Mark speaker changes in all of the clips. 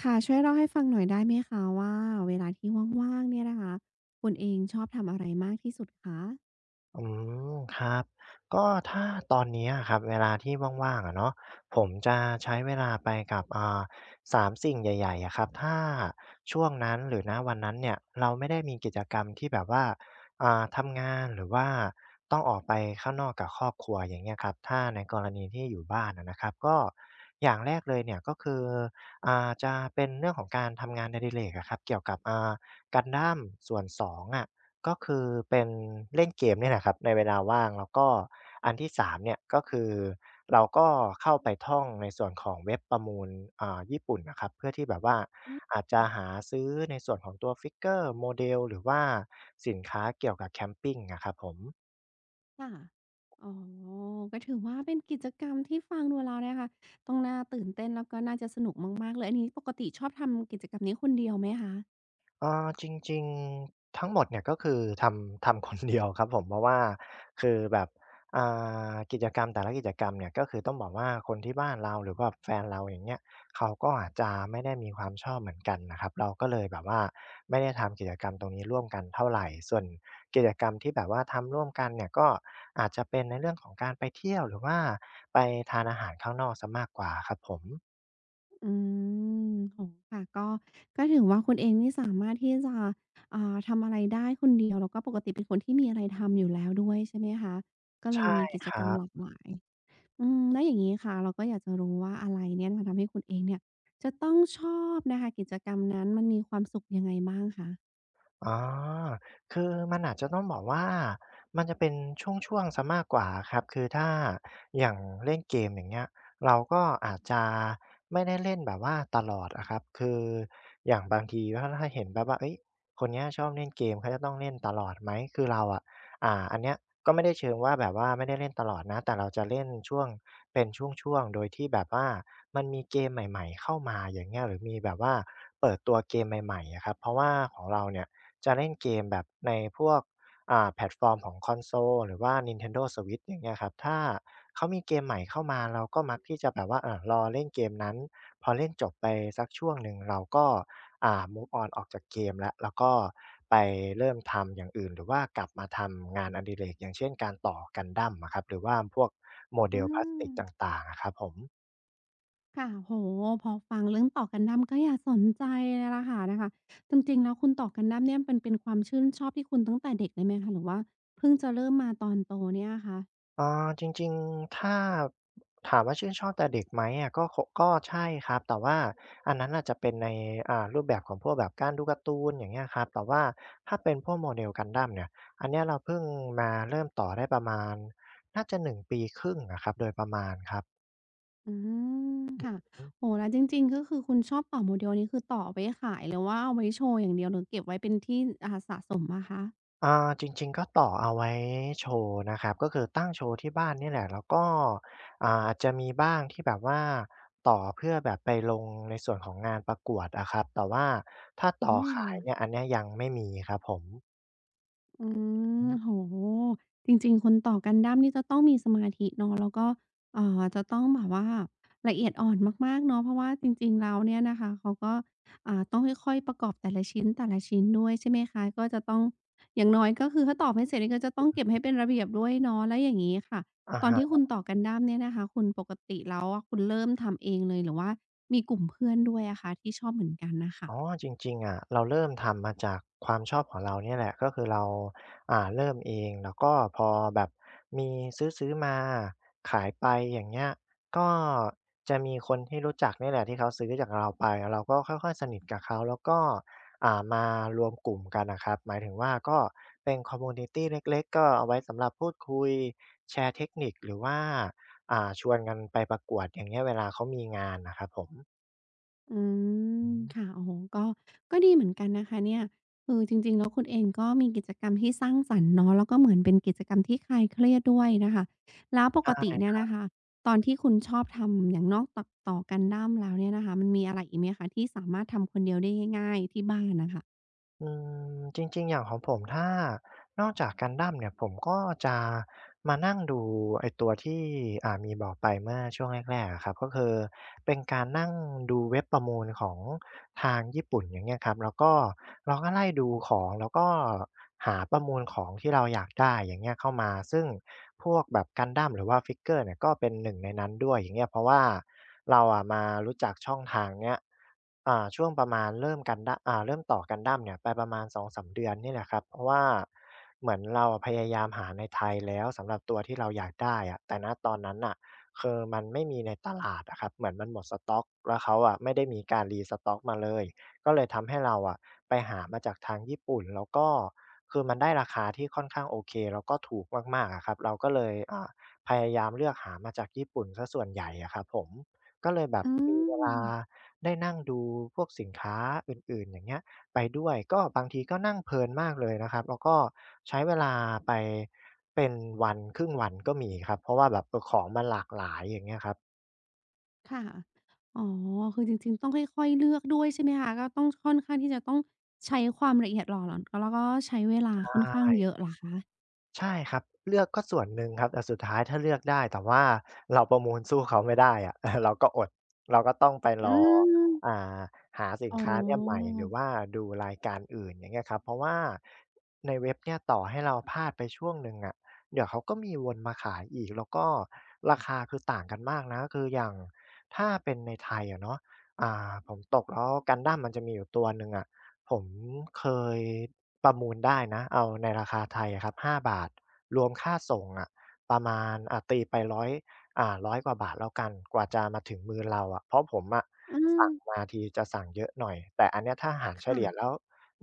Speaker 1: ค่ะช่วยเล่าให้ฟังหน่อยได้ไหมคะว่าเวลาที่ว่างๆเนี่ยนะคะคุณเองชอบทำอะไรมากที่สุดคะ
Speaker 2: อืมครับก็ถ้าตอนเนี้อะครับเวลาที่ว่างๆอะเนาะผมจะใช้เวลาไปกับสามสิ่งใหญ่ๆอะครับถ้าช่วงนั้นหรือณวันนั้นเนี่ยเราไม่ได้มีกิจกรรมที่แบบว่าทำงานหรือว่าต้องออกไปข้างนอกกับครอบครัวอย่างเงี้ยครับถ้าในกรณีที่อยู่บ้านอะนะครับก็อย่างแรกเลยเนี่ยก็คือจะเป็นเรื่องของการทำงานอดิเรกอะครับเกี่ยวกับg u n d a ส่วน2องอ่ะ ก็คือเป็นเล่นเกมเนี่ยแหละครับในเวลาว่างแล้วก็อันที่3เนี่ยก็คือเราก็เข้าไปท่องในส่วนของเว็บประมูลญี่ปุ่นน่ะครับเพื่อที่แบบว่า
Speaker 1: อืม
Speaker 2: อาจจะหาซื้อในส่วนของตัว Figure Model หรือว่าสินค้าเกี่ยวกับแคมปิงอะครับผม
Speaker 1: ค่ะอ๋อก็ถือว่าเป็นกิจกรรมที่ฟังดูแล้วเนี่ยค่ะต้องน่าตื่นเต้นแล้วก็น่าจะสนุกมากๆเลยอันนี้ปกติชอบทำกิจกรรมนี้คนเดียวไหมคะ
Speaker 2: จริงๆทั้งหมดเนี่ยก็คือทำคนเดียวครับผมเพราะว่าคือแบบอ่กิจกรรมแต่ละกิจกรรมเนี่ยก็คือต้องบอกว่าคนที่บ้านเราหรือว่าแฟนเราอย่างเงี้ยเขาก็อาจจะไม่ได้มีความชอบเหมือนกันนะครับเราก็เลยแบบว่าไม่ได้ทำกิจกรรมตรงนี้ร่วมกันเท่าไรส่วนกิจกรรมที่แบบว่าทำร่วมกันเนี่ยก็อาจจะเป็นในเรื่องของการไปเที่ยวหรือว่าไปทานอาหารข้างนอกเสียมากกว่าครับผม
Speaker 1: อืมโอ้โฮค่ะก็ถือว่าคุณเองนี่สามารถที่จะทำอะไรได้คนเดียวแล้วก็ปกติเป็นคนที่มีอะไรทำอยู่แล้วด้วยใช่ไหมคะก็เลย
Speaker 2: ใช่
Speaker 1: มีกิ
Speaker 2: ค
Speaker 1: จก
Speaker 2: รั
Speaker 1: รรมหลา
Speaker 2: บ
Speaker 1: กหลาย อืมแล้วอย่างงี้ค่ะเราก็อยากจะรู้ว่าอะไรเนี่ยมันทำให้คุณเองเนี่ยจะต้องชอบนะคะกิจกรรมนั้นมันมีความสุขยังไงบ้างคะ
Speaker 2: อ๋อคือมันอาจจะต้องบอกว่ามันจะเป็นช่วงๆเสียมากกว่าครับคือถ้าอย่างเล่นเกมอย่างเงี้ยเราก็อาจจะไม่ได้เล่นแบบว่าตลอดอะครับคืออย่างบางทีถ้าเห็นแบบว่าเฮ้ยคนเนี้ยชอบเล่นเกมเขาจะต้องเล่นตลอดไหมคือเราอะอันเนี้ยก็ไม่ได้เชิงว่าแบบว่าไม่ได้เล่นตลอดนะแต่เราจะเล่นช่วงเป็นช่วงๆโดยที่แบบว่ามันมีเกมใหม่ๆเข้ามาอย่างเงี้ยหรือมีแบบว่าเปิดตัวเกมใหม่ๆอะครับเพราะว่าของเราเนี่ย จะเล่นเกมแบบในพวกแพลตฟอร์มของคอนโซลหรือว่า Nintendo Switch อย่างเงี้ยครับถ้าเขามีเกมใหม่เข้ามาเราก็มักที่จะแบบว่ารอเล่นเกมนั้นพอเล่นจบไปสักช่วงหนึ่งเราก็move on ออกจากเกมแล้วก็ไปเริ่มทำอย่างอื่นหรือว่ากลับมาทำงานอดิเรกอย่างเช่นการต่อ Gundam อะครับหรือว่าพวก
Speaker 1: อื
Speaker 2: model พลาสติ
Speaker 1: ม
Speaker 2: กต่างๆอะครับผม
Speaker 1: ค่ะโอ้โฮพอฟังเรื่องต่อกันดั้มก็อยากสนใจเลยล่ะค่ะนะคะจริงๆแล้วคุณต่อกันดั้มเนี่ยมันเป็นความชื่นชอบที่คุณตั้งแต่เด็กเลยไหมคะหรือว่าเพิ่งจะเริ่มมาตอนโตเนี่ยคะ
Speaker 2: อาจริงๆ ถ้าถามว่าชื่นชอบแต่เด็กไหมอะก็ใช่ครับแต่ว่าอันนั้นอาจจะเป็นในรูปแบบของพวกแบบการดูการ์ตูนอย่างเงี้ยครับแต่ว่าถ้าเป็นพวกโมเดลก Gundam เนี่ยอันเนี้ยเราเพิ่งมาเริ่มต่อได้ประมาณน่าจะ1ปีครึ่งอะครับโดยประมาณครับ
Speaker 1: อืมค่ะโอ้โฮแล้วจริงๆก็คือคุณชอบต่อ Model นี้คือต่อเอาไว้ขายหรือว่าเอาไว้โชว์อย่างเดียวหรือเก็บไว้เป็นที่สะสมอะคะ
Speaker 2: อ่าจริงๆก็ต่อเอาไว้โชว์นะครับก็คือตั้งโชว์ที่บ้านเนี่ยแหละแล้วก็อ่าจะมีบ้างที่แบบว่าต่อเพื่อแบบไปลงในส่วนของงานประกวดอะครับแต่ว่าถ้าต่อ
Speaker 1: อา
Speaker 2: ขายเนี่ยอันเนี้ยยังไม่มีครับผม
Speaker 1: อื
Speaker 2: อ๋อ
Speaker 1: มโอ้โฮจริงๆคนต่อ Gundamนี่จะต้องมีสมาธิเนาะแล้วก็จะต้องแบบว่าละเอียดอ่อนมากๆเนาะเพราะว่าจริงๆแล้วเนี่ยนะคะเขาก็ต้องค่อยๆ ประกอบแต่ละชิ้นแต่ละชิ้นด้วยใช่ไหมคะก็จะต้องอย่างน้อยก็คือถ้าตอบไม่เสร็จนี่ก็จะต้องเก็บให้เป็นระเบียบด้วยเนาะแล้วอย่างงี้ค่ะ
Speaker 2: อะ
Speaker 1: ตอน
Speaker 2: ฮะ
Speaker 1: ที่คุณต่อ Gundam เนี่ยนะคะคุณปกติแล้วอะคุณเริ่มทำเองเลยหรือว่ามีกลุ่มเพื่อนด้วยอะคะที่ชอบเหมือนกันน่ะค่ะ
Speaker 2: อ๋อจริงๆอะเราเริ่มทำมาจากความชอบของเราเนี่ยแหละก็คือเราเริ่มเองแล้วก็พอแบบมีซื้อๆมาขายไปอย่างเงี้ยก็จะมีคนที่รู้จักเนี่ยแหละที่เขาซื้อจากเราไปเราก็ค่อยๆสนิทกับเขาแล้วก็มารวมกลุ่มกันน่ะครับหมายถึงว่าก็เป็นคอมมิวนิตีเล็กๆก็เอาไว้สำหรับพูดคุยแชร์เทคนิคหรือว่าชวนกันไปประกวดอย่างเงี้ยเวลาเขามีงานน่ะครับผม
Speaker 1: อื
Speaker 2: อื
Speaker 1: มค่ะโอ้โฮก็ดีเหมือนกันนะคะเนี่ยคือจริงๆแล้วคุณเองก็มีกิจกรรมที่สร้างสรรค์เนาะแล้วก็เหมือนเป็นกิจกรรมที่คลายเครียดด้วยนะคะแล้วปกติ
Speaker 2: า
Speaker 1: เนี่ยนะคะตอนที่คุณชอบทำอย่างนอกตักต่อ Gundam แล้วเนี่ยนะคะมันมีอะไรอีกไหมคะที่สามารถทำคนเดียวได้ง่ายๆที่บ้านน่ะค่ะ
Speaker 2: อืมจริงๆอย่างของผมถ้านอกจาก Gundam เนี่ยผมก็จะมานั่งดูไอ้ตัวที่มีบอกไปเมื่อช่วงแรกๆอะครับก็คือเป็นการนั่งดูเว็บประมูลของทางญี่ปุ่นอย่างเงี้ยครับแล้วก็เราก็ไล่ดูของแล้วก็หาประมูลของที่เราอยากได้อย่างเงี้ยเข้ามาซึ่งพวกแบบ Gundam หรือว่าฟิกเกอร์เนี่ยก็เป็นหนึ่งในนั้นด้วยอย่างเงี้ยเพราะว่าเราอะมารู้จักช่องทางเนี้ย ช่วงประมาณเริ่มกันดะเริ่มต่อ Gundam เนี่ยไปประมาณ2มเดือนนี่แหละครับเพราะว่าเหมือนเราอะพยายามหาในไทยแล้วสำหรับตัวที่เราอยากได้อะแต่ณตอนนั้นน่ะคือมันไม่มีในตลาดอะครับเหมือนมันหมดสต๊อกแล้วเขาอะไม่ได้มีการ restock มาเลยก็เลยทำให้เราอะไปหามาจากทางญี่ปุ่นแล้วก็คือมันได้ราคาที่ค่อนข้างโอเคแล้วก็ถูกมากๆอะครับเราก็เลยพยายามเลือกหามาจากญี่ปุ่นเสียส่วนใหญ่อะครับผมก็เลยแบบ
Speaker 1: อื
Speaker 2: มีเวลา
Speaker 1: ม
Speaker 2: ได้นั่งดูพวกสินค้าอื่นๆอย่างเงี้ยไปด้วยก็บางทีก็นั่งเพลินมากเลยนะครับแล้วก็ใช้เวลาไปเป็นวันครึ่งวันก็มีครับเพราะว่าแบบเออของมันหลากหลายอย่างเงี้ยครับ
Speaker 1: ค่ะอ๋อคือจริงๆต้องค่อยๆเลือกด้วยใช่ไหมคะก็ต้องค่อนข้างที่จะต้องใช้ความละเอียดหล่อหลอนแล้วก็ใช้เวลา
Speaker 2: ใช
Speaker 1: ค่อนข้างเย
Speaker 2: ่
Speaker 1: อะเหรอคะ
Speaker 2: ใช่ครับเลือกก็ส่วนหนึ่งครับแต่สุดท้ายถ้าเลือกได้แต่ว่าเราประมูลสู้เขาไม่ได้อะ เออเราก็อดเราก็ต้องไป
Speaker 1: อื
Speaker 2: รออ่
Speaker 1: ม
Speaker 2: าหาสิน
Speaker 1: อ๋
Speaker 2: ค้าเนี่ยใหม่
Speaker 1: อ
Speaker 2: หรือว่าดูรายการอื่นอย่างเงี้ยครับเพราะว่าในเว็บเนี่ยต่อให้เราพลาดไปช่วงหนึ่งอะเดี๋ยวเขาก็มีวนมาขายอีกแล้วก็ราคาคือต่างกันมากนะคืออย่างถ้าเป็นในไทยอะเนาะผมตกแล้ว Gundam มันจะมีอยู่ตัวหนึ่งอะ ผมเคยประมูลได้นะ เอาในราคาไทยอะครับ5บาท รวมค่าส่งอะประมาณตีไป100อยร้อยกว่าบาทแล้วกันกว่าจะมาถึงมือเราอะเพราะผมอะ
Speaker 1: อืม
Speaker 2: สั่งมาทีจะสั่งเยอะหน่อยแต่อันเนี้ยถ้าหารเฉ
Speaker 1: ค่ะ
Speaker 2: ลี่ยแล้ว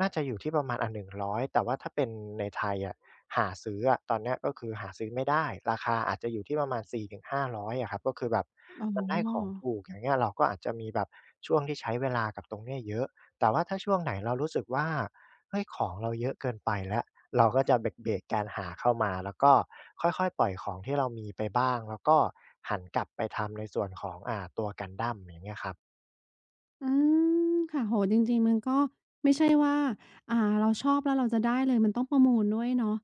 Speaker 2: น่าจะอยู่ที่ประมาณหนึ่งร้อยแต่ว่าถ้าเป็นในไทยอะหาซื้ออะตอนเนี้ยก็คือหาซื้อไม่ได้ ราคาอาจจะอยู่ที่ประมาณ400-500อยอะครับก็คือแบบ
Speaker 1: อ๋
Speaker 2: มันได้ของ
Speaker 1: อ
Speaker 2: ถูกอย่างเงี้ยเราก็อาจจะมีแบบช่วงที่ใช้เวลากับตรงเนี้ยเยอะ แต่ว่าถ้าช่วงไหนเรารู้สึกว่าเฮ้ยของเราเยอะเกินไปแล้ว เราก็จะเบรกๆการหาเข้ามา แล้วก็ค่อยๆปล่อยของที่เรามีไปบ้าง แล้วก็หันกลับไปทำในส่วนของตัว Gundam อย่างเงี้ยครับ
Speaker 1: อืมค่ะโอ้โฮจริงๆมันก็ไม่ใช่ว่า อ่า เราชอบแล้วเราจะได้เลย มันต้องประมูลด้วยเนาะ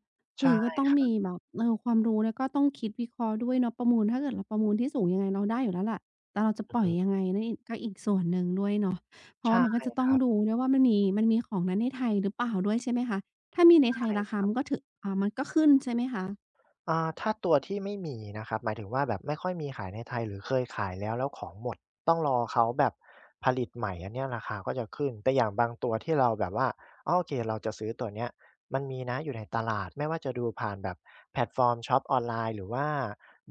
Speaker 1: คื
Speaker 2: ใช่
Speaker 1: อก็ต้อ
Speaker 2: ค
Speaker 1: ง
Speaker 2: รับ
Speaker 1: มีแบบเออความรู้แล้วก็ต้องคิดวิเคราะห์ด้วยเนาะประมูลถ้าเกิดเราประมูลที่สูงยังไงเราได้อยู่แล้วแหละแต่เราจะ
Speaker 2: อือ
Speaker 1: ปล่อย
Speaker 2: ฮึ
Speaker 1: ยังไงนั่นอีกก็อีกส่วนหนึ่งด้วยเนาะเพราะว่า
Speaker 2: ใช่
Speaker 1: มันก็จะ
Speaker 2: ค
Speaker 1: ต้อง
Speaker 2: รับ
Speaker 1: ดูด้วยว่ามันมันมีของนั้นในไทยหรือเปล่าด้วยใช่ไหมคะถ้ามีในไทยราคามันก็ถึอ่ามันก็ขึ้นใช่ไหมคะ
Speaker 2: ถ้าตัวที่ไม่มีนะครับหมายถึงว่าแบบไม่ค่อยมีขายในไทยหรือเคยขายแล้วแล้วของหมดต้องรอเขาแบบผลิตใหม่อันเนี้ยราคาก็จะขึ้นแต่อย่างบางตัวที่เราแบบว่าอ้อโอเคเราจะซื้อตัวเนี้ยมันมีนะอยู่ในตลาดไม่ว่าจะดูผ่านแบบแพลตฟอร์มช็อปออนไลน์หรือว่า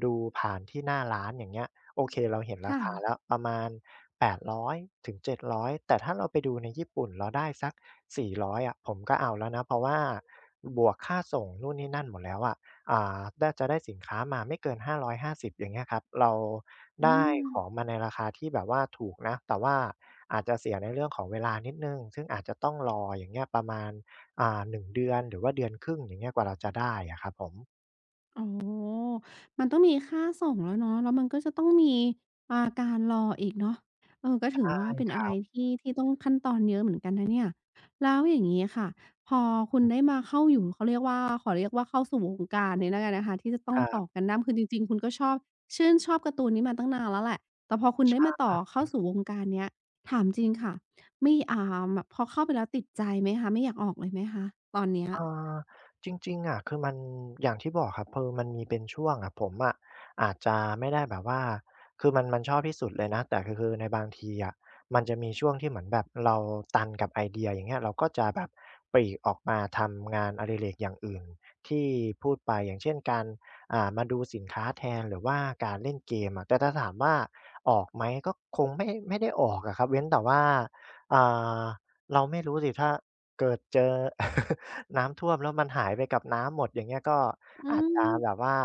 Speaker 2: ดูผ่านที่หน้าร้านอย่างเงี้ยโอเคเราเห็นรา
Speaker 1: ค่ะ
Speaker 2: คาแล้วประมาณแปดร้อยถึงเจ็ดร้อยแต่ถ้าเราไปดูในญี่ปุ่นเราได้สัก400อยอะผมก็เอาแล้วนะเพราะว่าบวกค่าส่งนู่นนี่นั่นหมดแล้วอะ อ่านจะได้สินค้ามาไม่เกิน550อยห้าสิบอย่างเงี้ยครับเรา
Speaker 1: อื
Speaker 2: ได้
Speaker 1: ม
Speaker 2: ของมาในราคาที่แบบว่าถูกนะแต่ว่าอาจจะเสียในเรื่องของเวลานิดหนึ่งซึ่งอาจจะต้องรออย่างเงี้ยประมาณ1เดือนหรือว่าเดือนครึ่งอย่างเงี้ยกว่าเราจะได้อะครับผม
Speaker 1: อ๋อมันต้องมีค่าส่งแล้วเนาะแล้วมันก็จะต้องมีการรออีกเนาะเออก็ถือ
Speaker 2: ใช่
Speaker 1: ว่าเป็น
Speaker 2: ค
Speaker 1: อะไร
Speaker 2: รับ
Speaker 1: ที่ต้องขั้นตอนเยอะเหมือนกันนะเนี่ยแล้วอย่างงี้ค่ะพอคุณได้มาเข้าอยู่เขาเรียกว่าขอเรียกว่าเข้าสู่วงการนี้แล้วกันนะคะที่จะต้
Speaker 2: ค
Speaker 1: อง
Speaker 2: รั
Speaker 1: ต่อ
Speaker 2: บ
Speaker 1: กันดั้มคือจริงๆคุณก็ชอบชื่นชอบการ์ตูนนี้มาตั้งนานแล้วแหละแต่พอคุณได้มาต่อเข้าสู่วงการเนี้ยถามจริงค่ะไม่อ่าแบบพอเข้าไปแล้วติดใจไหมคะไม่อยากออกเลยไหมคะตอนเนี้ย
Speaker 2: เอ่อจริงๆอะคือมันอย่างที่บอกครับคือมันมีเป็นช่วงอะผมอะอาจจะไม่ได้แบบว่าคือมันมันชอบที่สุดเลยนะแต่คือในบางทีอะมันจะมีช่วงที่เหมือนแบบเราตันกับไอเดียอย่างเงี้ยเราก็จะแบบปลีกออกมาทำงานอดิเรกอย่างอื่นที่พูดไปอย่างเช่นการมาดูสินค้าแทนหรือว่าการเล่นเกมอะแต่ถ้าถามว่าออกไหมก็คงไม่ได้ออกอะครับเว้นแต่ว่าอ่าเราไม่รู้สิถ้า เกิดเจอ น้ำท่วมแล้วมันหายไปกับน้ำหมดอย่างเงี้ยก็
Speaker 1: อื
Speaker 2: อาจจะแบบ
Speaker 1: ม
Speaker 2: ว่า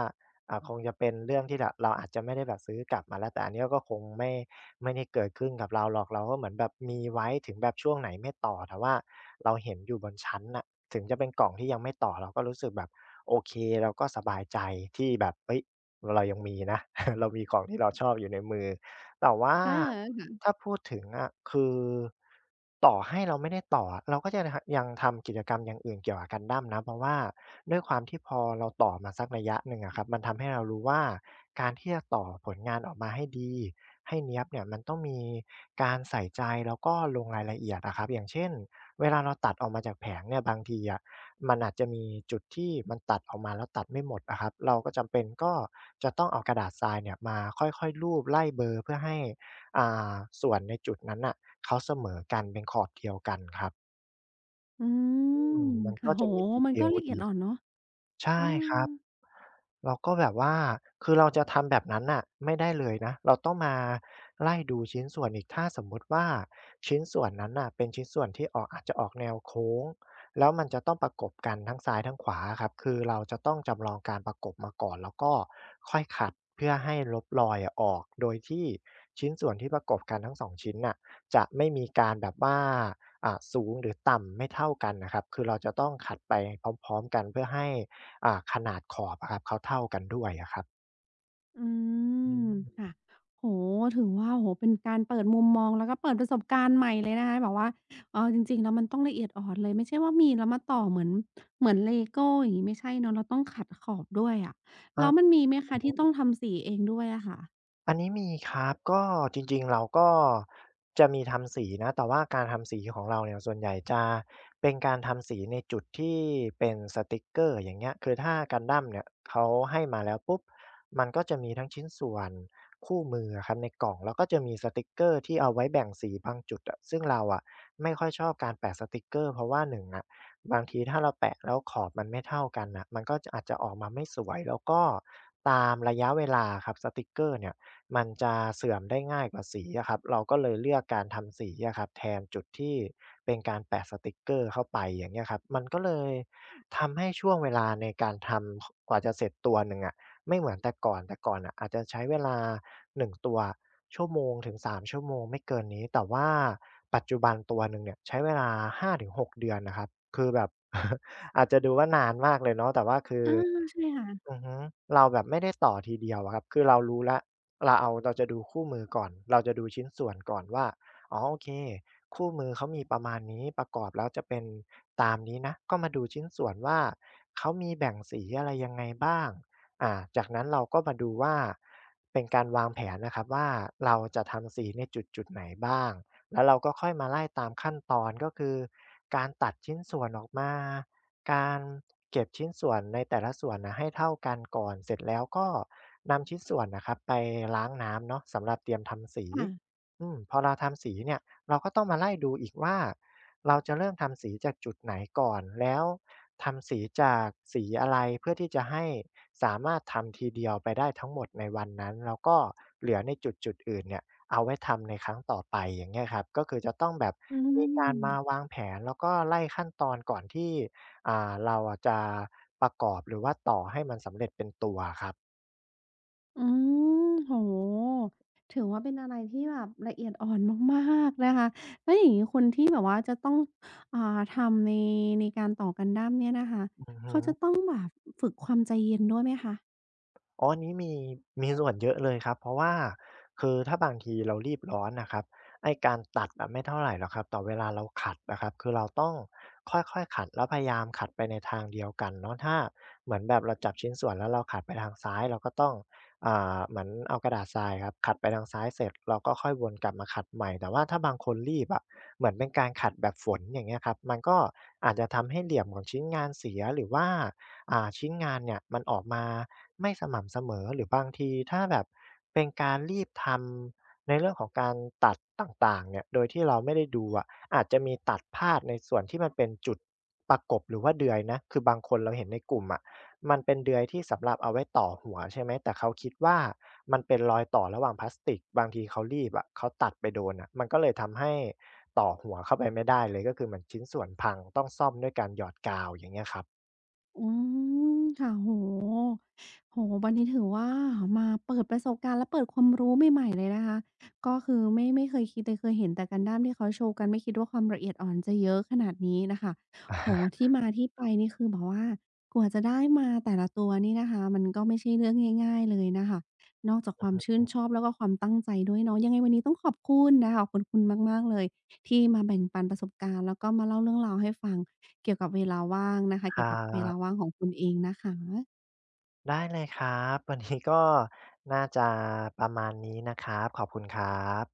Speaker 2: คงจะเป็นเรื่องที่แบบเราอาจจะไม่ได้แบบซื้อกลับมาแล้วแต่อันเนี้ยก็คงไม่ได้เกิดขึ้นกับเราหรอกเราก็เหมือนแบบมีไว้ถึงแบบช่วงไหนไม่ต่อแต่ว่าเราเห็นอยู่บนชั้นน่ะถึงจะเป็นกล่องที่ยังไม่ต่อเราก็รู้สึกแบบโอเคเราก็สบายใจที่แบบเฮ้ยเรายังมีนะ เรามีของที่เราชอบอยู่ในมือ แต่ว่า
Speaker 1: อา
Speaker 2: ถ้าพูดถึงอะคือต่อให้เราไม่ได้ต่ออะเราก็จะทยังทำกิจกรรมอย่างอื่นเกี่ยวกับ Gundam นะเพราะว่าด้วยความที่พอเราต่อมาสักระยะหนึ่งอะครับมันทำให้เรารู้ว่าการที่จะต่อผลงานออกมาให้ดีให้เนี๊ยบเนี่ยมันต้องมีการใส่ใจแล้วก็ลงรายละเอียดอะครับอย่างเช่นเวลาเราตัดออกมาจากแผงเนี่ยบางทีอะ มันอาจจะมีจุดที่มันตัดออกมาแล้วตัดไม่หมดอะครับเราก็จำเป็นก็จะต้องเอากระดาษทรายเนี่ยมาค่อยๆรูปไล่เบลอเพื่อให้อ่าส่วนในจุดนั้นน่ะเขาเสมอกันเป็นขอบเดียวกันครับ
Speaker 1: อืม
Speaker 2: อืมมัน
Speaker 1: ค่ะ
Speaker 2: ก็จะ
Speaker 1: โอ้โฮ
Speaker 2: มี
Speaker 1: มันก็
Speaker 2: detail
Speaker 1: ละเอียด
Speaker 2: อีก
Speaker 1: อ่อนเนาะเอ
Speaker 2: ใช่
Speaker 1: อ
Speaker 2: ครับ เราก็แบบว่า คือเราจะทำแบบนั้นน่ะไม่ได้เลยนะ เราต้องมาไล่ดูชิ้นส่วนอีกถ้าสมมุติว่าชิ้นส่วนนั้นน่ะเป็นชิ้นส่วนที่ออกอาจจะออกแนวโค้งแล้วมันจะต้องประกบกันทั้งซ้ายทั้งขวาอะครับคือเราจะต้องจำลองการประกบมาก่อนแล้วก็ค่อยขัดเพื่อให้ลบรอยอะออก โดยที่ชิ้นส่วนที่ประกบกันทั้งสองชิ้นน่ะจะไม่มีการแบบว่าสูงหรือต่ำไม่เท่ากันน่ะครับคือเราจะต้องขัดไปพร้อมๆกันเพื่อให้ ขนาดขอบอะครับเขาเท่ากันด้วยอะครับ
Speaker 1: อื
Speaker 2: อื
Speaker 1: ม
Speaker 2: ม
Speaker 1: ค่ะโอ้โฮถือว่าโอ้โฮเป็นการเปิดมุมมองแล้วก็เปิดประสบการณ์ใหม่เลยนะคะแบบว่าเออจริงๆแล้วมันต้องละเอียดอ่อนเลยไม่ใช่ว่ามีแล้วมาต่อเหมือนเลโก้อย่างงี้ไม่ใช่เนาะเราต้องขัดขอบด้วยอะ
Speaker 2: อา
Speaker 1: แล้วมันมีไหมคะ
Speaker 2: โอ้
Speaker 1: ที่ต้องทำสีเองด้วยอะค่ะ
Speaker 2: อันนี้มีครับ ก็จริงๆ เราก็จะมีทำสีนะ แต่ว่าการทำสีของเราเนี่ยส่วนใหญ่จะเป็นการทำสีในจุดที่เป็นสติกเกอร์อย่างเงี้ยคือถ้า Gundam เนี่ยเขาให้มาแล้วปุ๊บมันก็จะมีทั้งชิ้นส่วนคู่มืออะครับในกล่อง แล้วก็จะมีสติกเกอร์ที่เอาไว้แบ่งสีบางจุดอะซึ่งเราอะไม่ค่อยชอบการแปะสติกเกอร์ เพราะว่าหนึ่งอะบางทีถ้าเราแปะแล้วขอบมันไม่เท่ากันน่ะมันก็จะอาจจะออกมาไม่สวยแล้วก็ตามระยะเวลาอะครับสติกเกอร์เนี่ย มันจะเสื่อมได้ง่ายกว่าสีอะครับเราก็เลยเลือกการทำสีอะครับแทนจุดที่เป็นการแปะสติกเกอร์เข้าไปอย่างเงี้ยครับมันก็เลยทำให้ช่วงเวลาในการทำกว่าจะเสร็จตัวหนึ่งอะไม่เหมือนแต่ก่อนแต่ก่อนน่ะอาจจะใช้เวลา1ตัวชั่วโมงถึง3 ชั่วโมงไม่เกินนี้แต่ว่าปัจจุบันตัวหนึ่งเนี่ยใช้เวลาหาถึง6 เดือนน่ะครับคือแบบ อาจจะดูว่านานมากเลยเนาะแต่ว่าคือ
Speaker 1: อาใช่ไหมคะ
Speaker 2: อือฮึเราแบบไม่ได้ต่อทีเดียวอะครับคือเรารู้แล้วเราเอาเราจะดูคู่มือก่อนเราจะดูชิ้นส่วนก่อนว่าอ๋อโอเคคู่มือเขามีประมาณนี้ ประกอบแล้วจะเป็นตามนี้นะ ก็มาดูชิ้นส่วนว่า เขามีแบ่งสีอะไรยังไงบ้างจากนั้นเราก็มาดูว่า เป็นการวางแผนนะครับว่าเราจะทำสีในจุดๆไหนบ้าง แล้วเราก็ค่อยมาไล่ตามขั้นตอนก็คือการตัดชิ้นส่วนออกมา การเก็บชิ้นส่วนในแต่ละส่วนนะให้เท่ากันก่อนเสร็จแล้วก็นำชิ้นส่วนนะครับไปล้างน้ำเนาะสำหรับเตรียมทำสี
Speaker 1: ค่ะ
Speaker 2: อืมพอเราทำสีเนี่ยเราก็ต้องมาไล่ดูอีกว่าเราจะเริ่มทำสีจากจุดไหนก่อนแล้วทำสีจากสีอะไรเพื่อที่จะให้สามารถทำทีเดียวไปได้ทั้งหมดในวันนั้นแล้วก็เหลือในจุดจุดอื่นเนี่ยเอาไว้ทำในครั้งต่อไปอย่างเงี้ยครับก็คือจะต้องแบบ
Speaker 1: อื
Speaker 2: มีการมา
Speaker 1: ม
Speaker 2: วางแผนแล้วก็ไล่ขั้นตอนก่อนที่ เราอะจะประกอบหรือว่าต่อให้มันสำเร็จเป็นตัวครับ
Speaker 1: อืมโอ้โถือว่าเป็นอะไรที่แบบละเอียดอ่อนมากๆนะคะแล้วอย่างงี้คนที่แบบว่าจะต้องอ่าทำในในการต่อกันดั้มเนี่ยนะคะ
Speaker 2: อือฮึ
Speaker 1: เขาจะต้องแบบฝึกความใจเย็นด้วยไหมคะ
Speaker 2: อ๋ออันนี้มีมีส่วนเยอะเลยครับ เพราะว่าคือถ้าบางทีเรารีบร้อนน่ะครับไอ้การตัดอะไม่เท่าไรหรอกครับแต่เวลาเราขัดอะครับคือเราต้องค่อยๆขัดแล้วพยายามขัดไปในทางเดียวกันเนาะถ้าเหมือนแบบเราจับชิ้นส่วนแล้วเราขัดไปทางซ้ายเราก็ต้องเหมือนเอากระดาษทรายครับขัดไปทางซ้ายเสร็จเราก็ค่อยวนกลับมาขัดใหม่แต่ว่าถ้าบางคนรีบอะเหมือนเป็นการขัดแบบฝนอย่างเงี้ยครับมันก็อาจจะทำให้เหลี่ยมของชิ้นงานเสียหรือว่า ชิ้นงานเนี่ยมันออกมาไม่สม่ำเสมอหรือบางทีถ้าแบบเป็นการรีบทำในเรื่องของการตัดต่างๆเนี่ยโดยที่เราไม่ได้ดูอะอาจจะมีตัดพลาดในส่วนที่มันเป็นจุดประกบหรือว่าเดือยนะคือบางคนเราเห็นในกลุ่มอะมันเป็นเดือยที่สำหรับเอาไว้ต่อหัวใช่ไหมแต่เขาคิดว่ามันเป็นรอยต่อระหว่างพลาสติกบางทีเขารีบอะเขาตัดไปโดนอะมันก็เลยทำให้ต่อหัวเข้าไปไม่ได้เลยก็คือเหมือนชิ้นส่วนพังต้องซ่อมด้วยการหยอดกาวอย่างเงี้ยครับ
Speaker 1: อืมค่ะโอ้โฮโอ้โฮวันนี้ถือว่ามาเปิดประสบการณ์และเปิดความรู้ใหม่ๆเลยนะคะก็คือไม่เคยคิดเลยเคยเห็นแต่ Gundam ที่เขาโชว์กันไม่คิดว่าความละเอียดอ่อนจะเยอะขนาดนี้น่ะค่ะโอ้โฮที่มาที่ไปนี่คือแบบว่ากว่าจะได้มาแต่ละตัวนี่นะคะมันก็ไม่ใช่เรื่องง่ายๆเลยน่ะค่ะนอกจากความชื่นชอบแล้วก็ความตั้งใจด้วยเนาะยังไงวันนี้ต้องขอบคุณนะคะขอบคุณคุณมากๆเลยที่มาแบ่งปันประสบการณ์แล้วก็มาเล่าเรื่องราวให้ฟัง เกี่ยวกับเวลาว่างนะคะ
Speaker 2: ค
Speaker 1: เกี่
Speaker 2: รั
Speaker 1: ยวกับเวลา
Speaker 2: บ
Speaker 1: ว่างของคุณเองนะคะ
Speaker 2: ได้เลยครับวันนี้ก็น่าจะประมาณนี้นะครับขอบคุณครับ